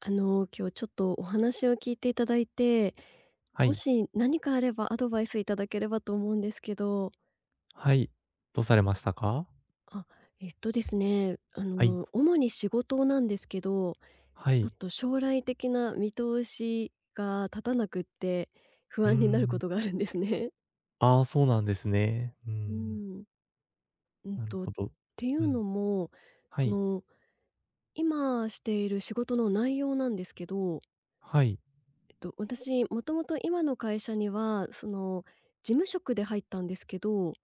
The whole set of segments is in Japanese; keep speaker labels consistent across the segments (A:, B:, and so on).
A: 今日ちょっとお話を聞いていただいて、
B: は
A: も
B: い。
A: し何かあればアドバイスいただければと思うんですけど。
B: はい。どうされましたか？
A: あ、えっとですね、あ
B: はい。
A: の、主に仕事なんですけど、
B: は
A: ちょっ
B: い。
A: と将来的な見通しが立たなくって、不
B: うー
A: 安になるこ
B: ん。
A: とがあるんですね。
B: ああ、そうなんですね。う
A: う
B: ん。
A: ん。うん
B: なる
A: と、っ
B: ほど。
A: てい
B: う
A: う
B: ん。
A: のも、
B: は
A: そ
B: い。
A: の、今している仕事の内容なんですけど
B: はい。
A: と、私、もともと今の会社には、事務職で入ったんですけど、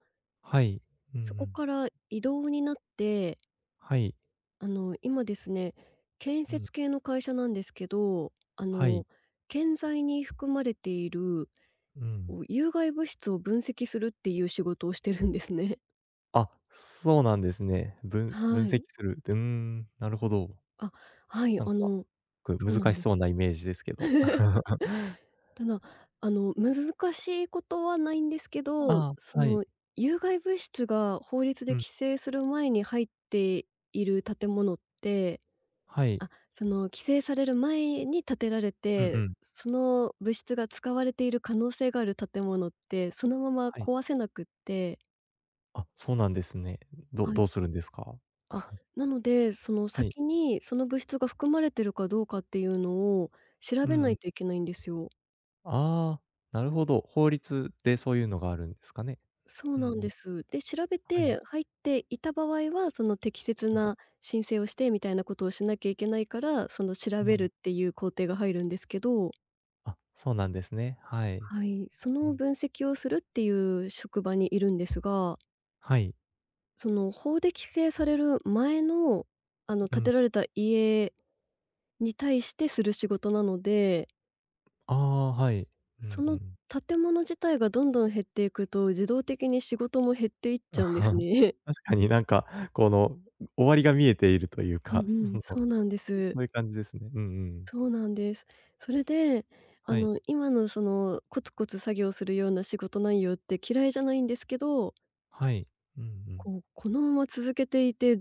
B: はい。うんう
A: そこ
B: ん。
A: から異動になって、
B: はい。
A: 今ですね、建
B: うん。
A: 設系の会社なんですけど、
B: はい。
A: 建材に含まれている、
B: うん。
A: こう有害物質を分析するっていう仕事をしてるんですね。
B: あ、そうなんですね。
A: は
B: 分
A: い。
B: 析する。うーん、なるほど。
A: あ、はい、
B: なんか、
A: そうなん
B: 難し
A: で
B: そ
A: す。
B: うなイメージですけど。
A: ただ、難しいことはないんですけど、
B: ああ、はい。
A: 有害物質が法律で
B: うん。
A: 規制する前に入っている建物って、
B: はい。
A: あ、規制される前に建てられ
B: うんう
A: て、
B: ん。
A: その物質が使われている可能性がある建物って、そのまま
B: はい。
A: 壊せなくって、
B: あ、そうなんですね。
A: はい。
B: どうするんですか？
A: あ、なので、その
B: はい。
A: 先にその物質が含まれてるかどうかっていうのを調
B: う
A: べ
B: ん
A: な
B: う
A: い
B: ん。
A: といけないんですよ。
B: ああ、なるほど。法律でそういうのがあるんですかね？
A: そう
B: うんう
A: なん
B: ん。
A: です。で、調べ
B: はい。
A: て入っていた場合は、その適切
B: うん、
A: な申請をしてみたいなことをしなきゃいけないから、その調
B: う
A: べる
B: ん。
A: っていう工程が入るんですけど、
B: あ、そうなんですね。はい。
A: はい、そ
B: う
A: の
B: ん。
A: 分析をするっていう職場にいるんですが、
B: はい。
A: その法で規制される前の、あの
B: う
A: 建
B: ん。
A: てられた家に対してする仕事なので、
B: ああ、はい。う
A: そ
B: んう
A: の
B: ん。
A: 建物自体がどんどん減っていくと、自動的に仕事も減っていっちゃうんです ね。
B: 確かになんか、この、終わりが見えているという
A: うん
B: か、
A: う
B: そ
A: ん、
B: の、そ
A: そうなんです。
B: ういう感じですね。うんうん。
A: そうなんです。それで、
B: はい。
A: 今のそのコツコツ作業するような仕事内容って嫌いじゃないんですけど、
B: はい。うんうん。
A: こう、このまま続けていて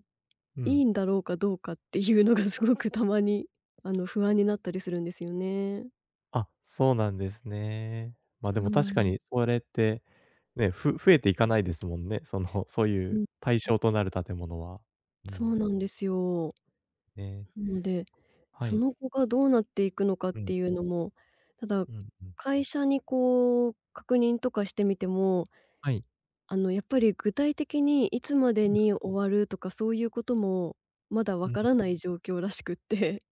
B: う
A: い
B: ん。
A: いんだろうかどうかっていうのがすごくたまに、不安になったりするんですよね。
B: あ、そうなんですね。ま、あで
A: は
B: も確か
A: い。
B: にそれって、ね、増えていかないですもんね。その、そうい
A: う
B: う
A: ん。
B: 対象となる建物は。う
A: そう
B: ん。
A: なんですよ。
B: ね。
A: なので、
B: は
A: そ
B: い。
A: の後がどうなっていくのかっ
B: うん、
A: ていうのも、ただ、
B: うん、うん。
A: 会社にこう確認とかしてみても
B: はい。
A: やっぱり具体的にいつまで
B: うん、
A: に終わるとかそういうことも、まだわ
B: うん。
A: からない状況らしくって。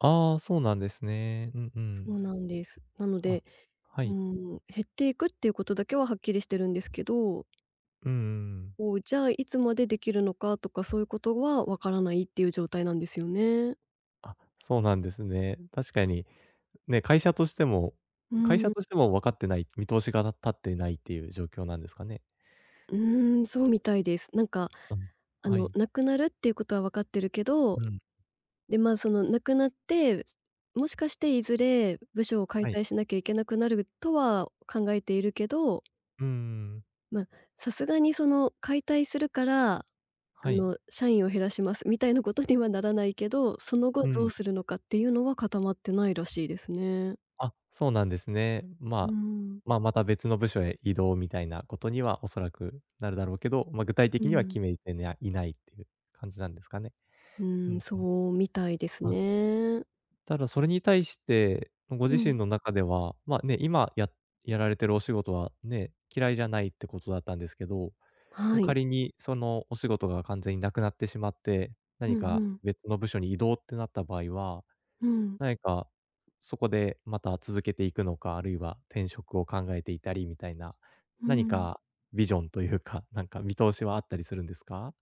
B: ああ、そうなんですね。うんう
A: そう
B: ん。
A: なんです。なの
B: あ、
A: で、
B: は
A: うー
B: い。
A: 減っていくっていうことだけははっきりしてるんですけど、
B: うんうんうん。
A: こう、じゃあいつまでできるのかとかそういうことはわからないっていう状態なんですよね。
B: あ、そうなんですね。確かに、ね、
A: う
B: 会社
A: ん。
B: としても分かってない、見通しが立ってないっていう状況なんですかね？
A: うーん、そうみたいです。なんか、
B: うん、はい。
A: なくなるっていうことはわかってるけど
B: うん。
A: で、まあ、その亡くなって、もしかしていずれ部署を解
B: はい。
A: 体しなきゃいけなくなるとは考えているけど、
B: うんうんうん。
A: まあ、さすがにその解体するから、
B: はい。
A: 社員を減らしますみたいなことにはならないけど、その後
B: う
A: ど
B: ん。
A: うするのかっていうのは固まってないらしいですね。
B: あ、そうなんですね。
A: う
B: まあ、
A: ん。
B: まあ、また別の部署へ異動みたいなことにはおそらくなるだろうけど、ま、具体
A: う
B: 的には
A: ん。
B: 決めてにゃいないっていう感じなんですかね？
A: う
B: うん
A: ん、
B: うん。
A: そうみたいです
B: あ、
A: ね。
B: ただそれに対して、ご
A: う
B: 自身
A: ん。
B: の中では、まあね、やられてるお仕事はね、嫌いじゃないってことだったんですけど、も、
A: はい。
B: 仮にそのお仕事が完全になくなってしまって、
A: う
B: 何
A: んう
B: か
A: ん。
B: 別の部署に移動ってなった場合は、
A: うん。
B: 何かそこでまた続けていくのか、あるいは転職を考えていたりみたいな、
A: う
B: 何
A: ん。
B: かビジョンというか、なんか見通しはあったりするんですか？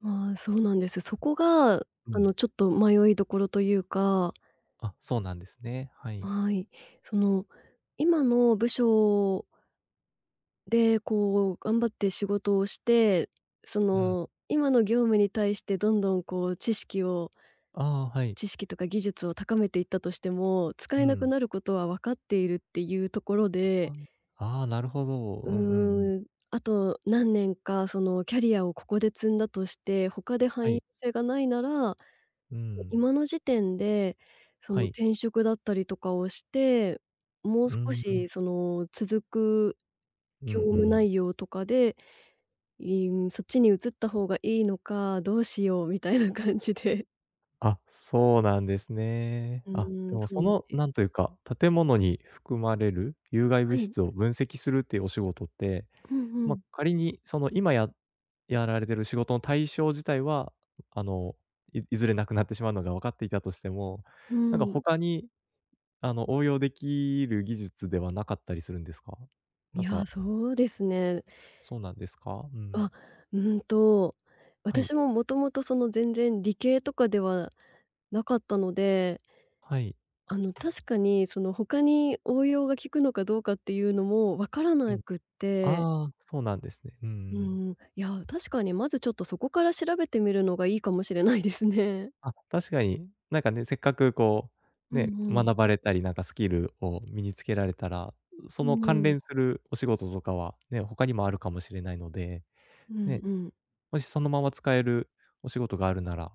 A: まあ、そうなんです。そこが、
B: うん。
A: ちょっと迷いどころというか
B: あ、そうなんですね。はい。
A: はい。その、今の部署で、こう、頑張って仕事をして、
B: うん。
A: 今の業務に対してどんどん、こう、知識を
B: ああ、はい。
A: 知識とか技術を高めていったとしても、使
B: う
A: えなく
B: ん。
A: なることは分かっているっていうところで、
B: あ、ああ、なるほど。
A: う
B: うんうんうん。
A: ーん、あと何年か、キャリアをここで積んだとして、他で
B: は
A: 汎用
B: い。
A: 性がないなら
B: うん。
A: 今の時点で、そ
B: は
A: の
B: い。
A: 転職だったりとかをして、もう
B: う
A: 少
B: ー
A: し
B: ん。
A: その続く
B: う
A: 業
B: んう
A: 務
B: ん。
A: 内容とかで、いん、そっちに移った方がいいのか、どうしようみたいな感じで。
B: あ、そうなんですね。
A: う
B: あ、
A: ー
B: で
A: ん、
B: も
A: そ
B: そ
A: うなん
B: の、
A: です。
B: なんというか、建物に含まれる有害
A: は
B: 物
A: い。
B: 質を分析するっていうお仕事って、
A: うんう
B: ま、
A: ん。
B: 仮にそのやられてる仕事の対象自体は、あの、いずれなくなってしまうのが分かっていたとしても、
A: う
B: なんか
A: ん。
B: 他に、あの、応用できる技術ではなかったりするんですか？
A: い
B: なん
A: や、
B: か、
A: そうですね。
B: そうなんですか？うん。
A: あ、うんと、
B: はい。
A: 私ももともとその全然理系とかではなかったので
B: はい。
A: 確かに、他に応用が効くのかどうかっていうのも分から
B: う
A: な
B: ん。
A: くって、
B: ああ、そうなんですね。うんう
A: う
B: ん。
A: ん、いや、確かにまずちょっとそこから調べてみるのがいいかもしれないですね。
B: あ、確かに、なんかね、せっかく、
A: う
B: ね、
A: んうん。
B: 学ばれたりなんかスキルを身につけられたら、そ
A: う
B: の
A: んう
B: 関
A: ん。
B: 連するお仕事とかはね、他にもあるかもしれないので、
A: うん
B: ね、
A: うん。
B: もしそのまま使えるお仕事があるなら、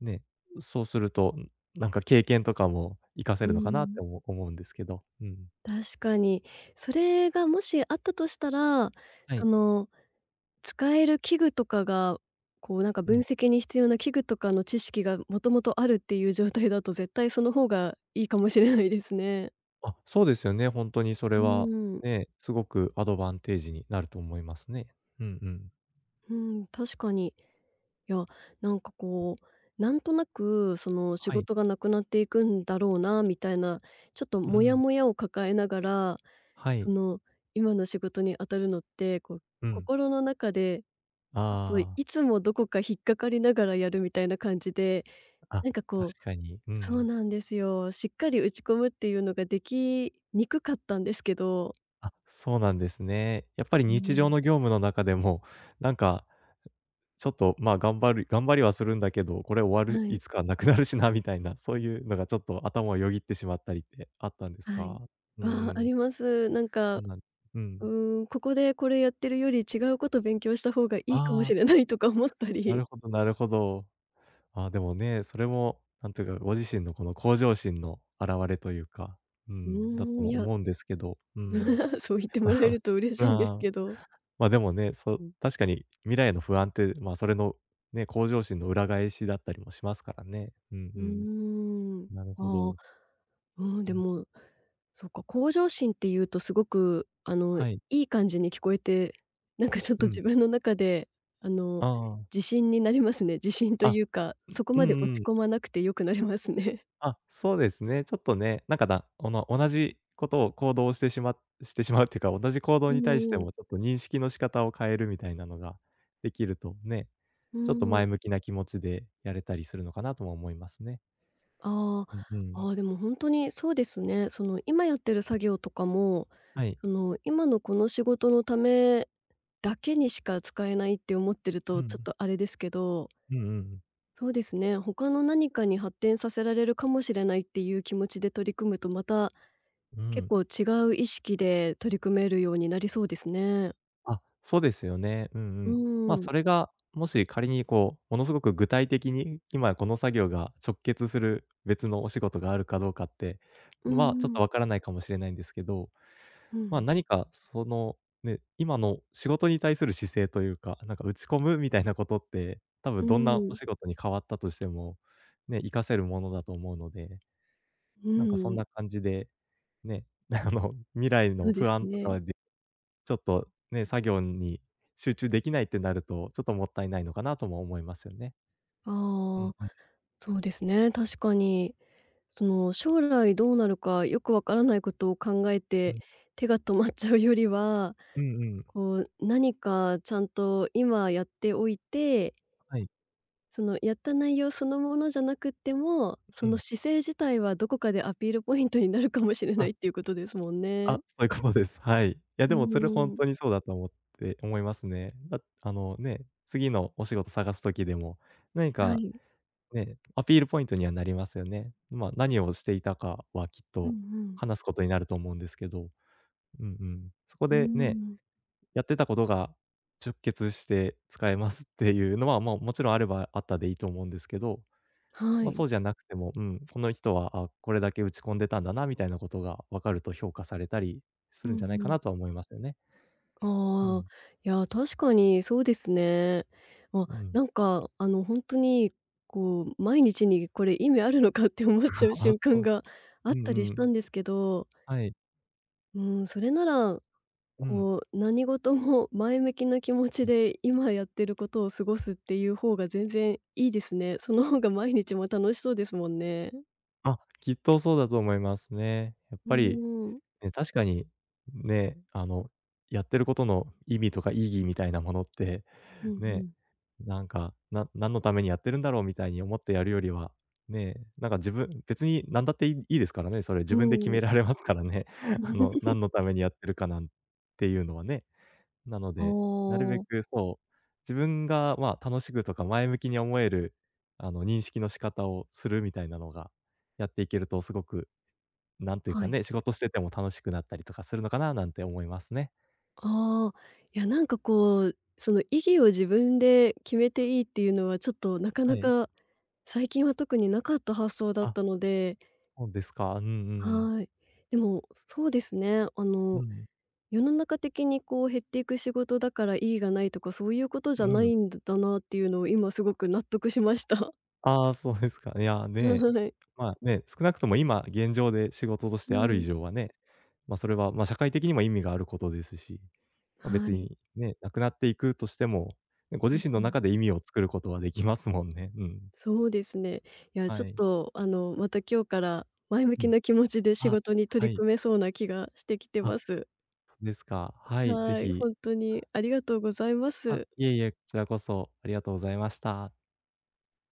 B: ね、そうすると、なんか経験とかも活かせるのかなって思思うんですけど。うん。
A: 確かに。それがもしあったとしたら、
B: は
A: そ
B: い。
A: の、使える器具とかが、こう、なんか
B: う
A: 分
B: ん。
A: 析に必要な器具とかの知識がもともとあるっていう状態だと、絶対その方がいいかもしれないですね。
B: あ、そうですよね。本当にそれ
A: う
B: は、
A: ん。
B: ね、すごくアドバンテージになると思いますね。うんうん。
A: うん、確かに。いや、なんかこう、なんとなくその仕
B: はい。
A: 事がなくなっていくんだろうなみたいな、ちょっと
B: う
A: モヤ
B: ん。
A: モヤを抱えながら、
B: は
A: そ
B: い。
A: の今の仕事に当たるのって、こう
B: うん。
A: 心の中でちょっとい
B: あ
A: つもどこか引っかかりながらやるみたいな感じで、
B: あ。あ、
A: なんか
B: 確
A: こう、
B: かに。う
A: そう
B: ん。
A: なんですよ。しっかり打ち込むっていうのができにくかったんですけど。
B: あ、そうなんですね。やっぱり
A: う
B: 日常
A: ん。
B: の業務の中でも、なんか、ちょっと、まあ、頑張りはするんだけど、これ終わる
A: は
B: い
A: い、
B: つかなくなるしなみたいな、そういうのがちょっと頭をよぎってしまったりってあったんです
A: はい。
B: か？うんう
A: ああ、あり
B: ん。
A: ます。なん
B: そ
A: か
B: うなんう
A: う
B: ん。
A: ーん、ここでこれやってるより違うこと勉強した方がいいかも
B: あ
A: し
B: あ、
A: れないとか思った
B: な
A: り、
B: るほどなるほど。ああ、でもね、それも、なんていうか、ご自身のこの向上心の表れというか、う
A: うー
B: ん、だと
A: ん、
B: も
A: いや、
B: 思うんですけど、うん。
A: そう言ってもらえ ると嬉しいんです
B: ああ、
A: けど。
B: ま、でもね、そう、確かに未来への不安って、ま、それのね、向上心の裏返しだったりもしますからね。うん
A: う
B: うん。
A: ーん。
B: なるほ
A: ああ、
B: ど。
A: うん、
B: う
A: で
B: ん。
A: も、そっか、向上心っていうとすごく、い
B: はい。
A: い感じに聞こえて、なんかちょっ
B: う
A: と
B: ん。
A: 自分の中で、あの、
B: ああ。
A: 自信になりますね。自信と
B: あ、
A: いうか、
B: うん、
A: そこ
B: う
A: まで
B: ん
A: 落
B: う
A: ち
B: ん。
A: 込まなくてよくなりますね。
B: あ、そうですね。ちょっとね、なんかだおの同じことを行動してしましてしまうっていうか、同じ行 動
A: う
B: に対して
A: んう
B: もちょっと認識の仕方を変えるみたいなのができるとね、
A: う
B: ちょっと
A: ー
B: 前向
A: ん。
B: きな気持ちでやれたりするのかなとも思いますね。
A: ああ、
B: うんう
A: あ
B: ん。
A: あ、でも本当にそうですね。今やってる作業とかも、
B: はい。
A: 今のこの仕事のためだけにしか使えないって思ってる
B: う
A: とちょっ
B: ん。
A: とあれですけど、
B: うんうん。
A: そうですね、他の何かに発展させられるかもしれないっていう気持ちで取り組むと、また
B: う
A: 結
B: ん。
A: 構違う意識で取り組めるようになりそうですね。
B: あ、そうですよね。うんう
A: う
B: ん。まあ、
A: ん。
B: それが、もし仮にこう、ものすごく具体的に、今この作業が直結する別のお仕事があるかどうかって、
A: う
B: まあ、ちょっ
A: んう
B: とわ
A: ん。
B: からないかもしれないんですけど、
A: う
B: まあ、
A: ん。
B: 何かその、ね、今の仕事に対する姿勢というか、なんか打ち込むみたいなことって、多分
A: う
B: どんなお
A: ん。
B: 仕事に変わったとしても、ね、活かせるものだと思うので、
A: う
B: なんかそん
A: ん。
B: な感じで、ね、あの、未来
A: そ
B: の
A: うで
B: 不
A: す
B: 安とか
A: ね。
B: はちょっとね、作業に集中できないってなると、ちょっともったいないのかなとも思いますよね。
A: あ
B: うん
A: あ、
B: うん
A: そうですね、確かに。その将来どうなるかよくわからないことを考え
B: う
A: て
B: ん。
A: 手が止まっちゃうよりは、
B: うんうん。
A: こう何かちゃんと今やっておいて、
B: はい。
A: そのやった内容そのものじゃなくっても、そ
B: う
A: の
B: ん。
A: 姿勢自体はどこかでアピールポイントになるかもしれな
B: あ、
A: いっていうことですもんね。
B: あ、そういうことです。はい。いや、
A: う
B: でもそれほ
A: ん
B: ん
A: うん。
B: とにそうだと思って思いますね。だあのね、次のお仕事探す時でも、何
A: は
B: か
A: い。
B: ね、アピールポイントにはなりますよね。ま、何をしていたかはきっ
A: うんう
B: と
A: ん。
B: 話すことになると思うんですけど、うんうん。そこ
A: うー
B: でね
A: ん。
B: やってたことがして使えますっていうのは、もちろんあればあったでいいと思うんですけど、
A: は
B: まあ、
A: い。
B: そうじゃなくても、うん、この人は、あ、これだけ打ち込んでたんだなみたいなことが分かると評価されたりす
A: うん
B: るんじゃないか
A: うん。
B: なとは思いますよね。う
A: ああ、
B: ん。
A: いや、確かにそうですね。あ、
B: うん。
A: なんか、本当に、こう、毎日にこれ意味あるのかって思っちゃう
B: ああ、
A: 瞬間
B: そう。
A: があ
B: う
A: っ
B: ん
A: たりし
B: う
A: た
B: ん。
A: んですけど、
B: はい。
A: うん、それなら、
B: うん、
A: こう、何事も 前向きな気持ち
B: うん。
A: で今やってることを過ごすっていう方が全然いいですね。その方が毎日も楽しそうですもんね。
B: あ、きっとそうだと思いますね。やっ
A: う
B: ぱり
A: ん。
B: ね、確かに、ね、あの、やってることの意味とか意義みたいなものって、
A: うんう
B: ね、
A: ん。
B: なんか、何のためにやってるんだろうみたいに思ってやるよりは、ね、なんか自分別に何だっていいいいですからね、それ
A: う
B: 自分で決
A: ーん。
B: められますからね。あの、何のためにやってるかなんていうのはね。なの
A: あ
B: で、なるべ
A: あ、
B: くそう、自分が、まあ、楽しくとか前向きに思える、あの、認識の仕方をするみたいなのが、やっていけるとすごくなんという
A: は
B: か
A: い。
B: ね、仕事してても楽しくなったりとかするのかななんて思いますね。
A: ああ、いや、なんかこう、その意義を自分で決めていいっていうのはちょっとなかな
B: はい。
A: か、最近は特になかった発想だっ
B: あ、
A: たので、
B: そうですか。うんうん。
A: はい。でも、そうですね、
B: うん、
A: 世の中的にこう減っていく仕事だから意義がないとかそういうことじ
B: う
A: ゃな
B: ん。
A: いんだなっていうのを今すごく納得しました。
B: ああ、そうですか。いや、ね、
A: はい。
B: まあ、ね、少なくとも今現状で仕事とし
A: う
B: てある以
A: ん。
B: 上はね、ま、あそれは、ま、社会的にも意味があることですし、まあ、
A: は
B: 別
A: い。
B: にね、なくなっていくとしても、ね、ご
A: うん
B: 自身
A: う
B: の
A: ん。
B: 中で意味を作ることはできますもんね。うん。
A: そうですね。いや、ちょ
B: は
A: っ
B: い。
A: と、また今日から前向
B: う
A: き
B: ん。
A: な気持ちで仕
B: あ、
A: 事に
B: は
A: 取り
B: い。
A: 組めそうな気がしてきて
B: あ、
A: ます。
B: そうですか。はい、ぜ
A: はい、ほ
B: ひ。
A: んとにありがとうございま
B: あ、
A: す。
B: いえいえ、こちらこそありがとうございました。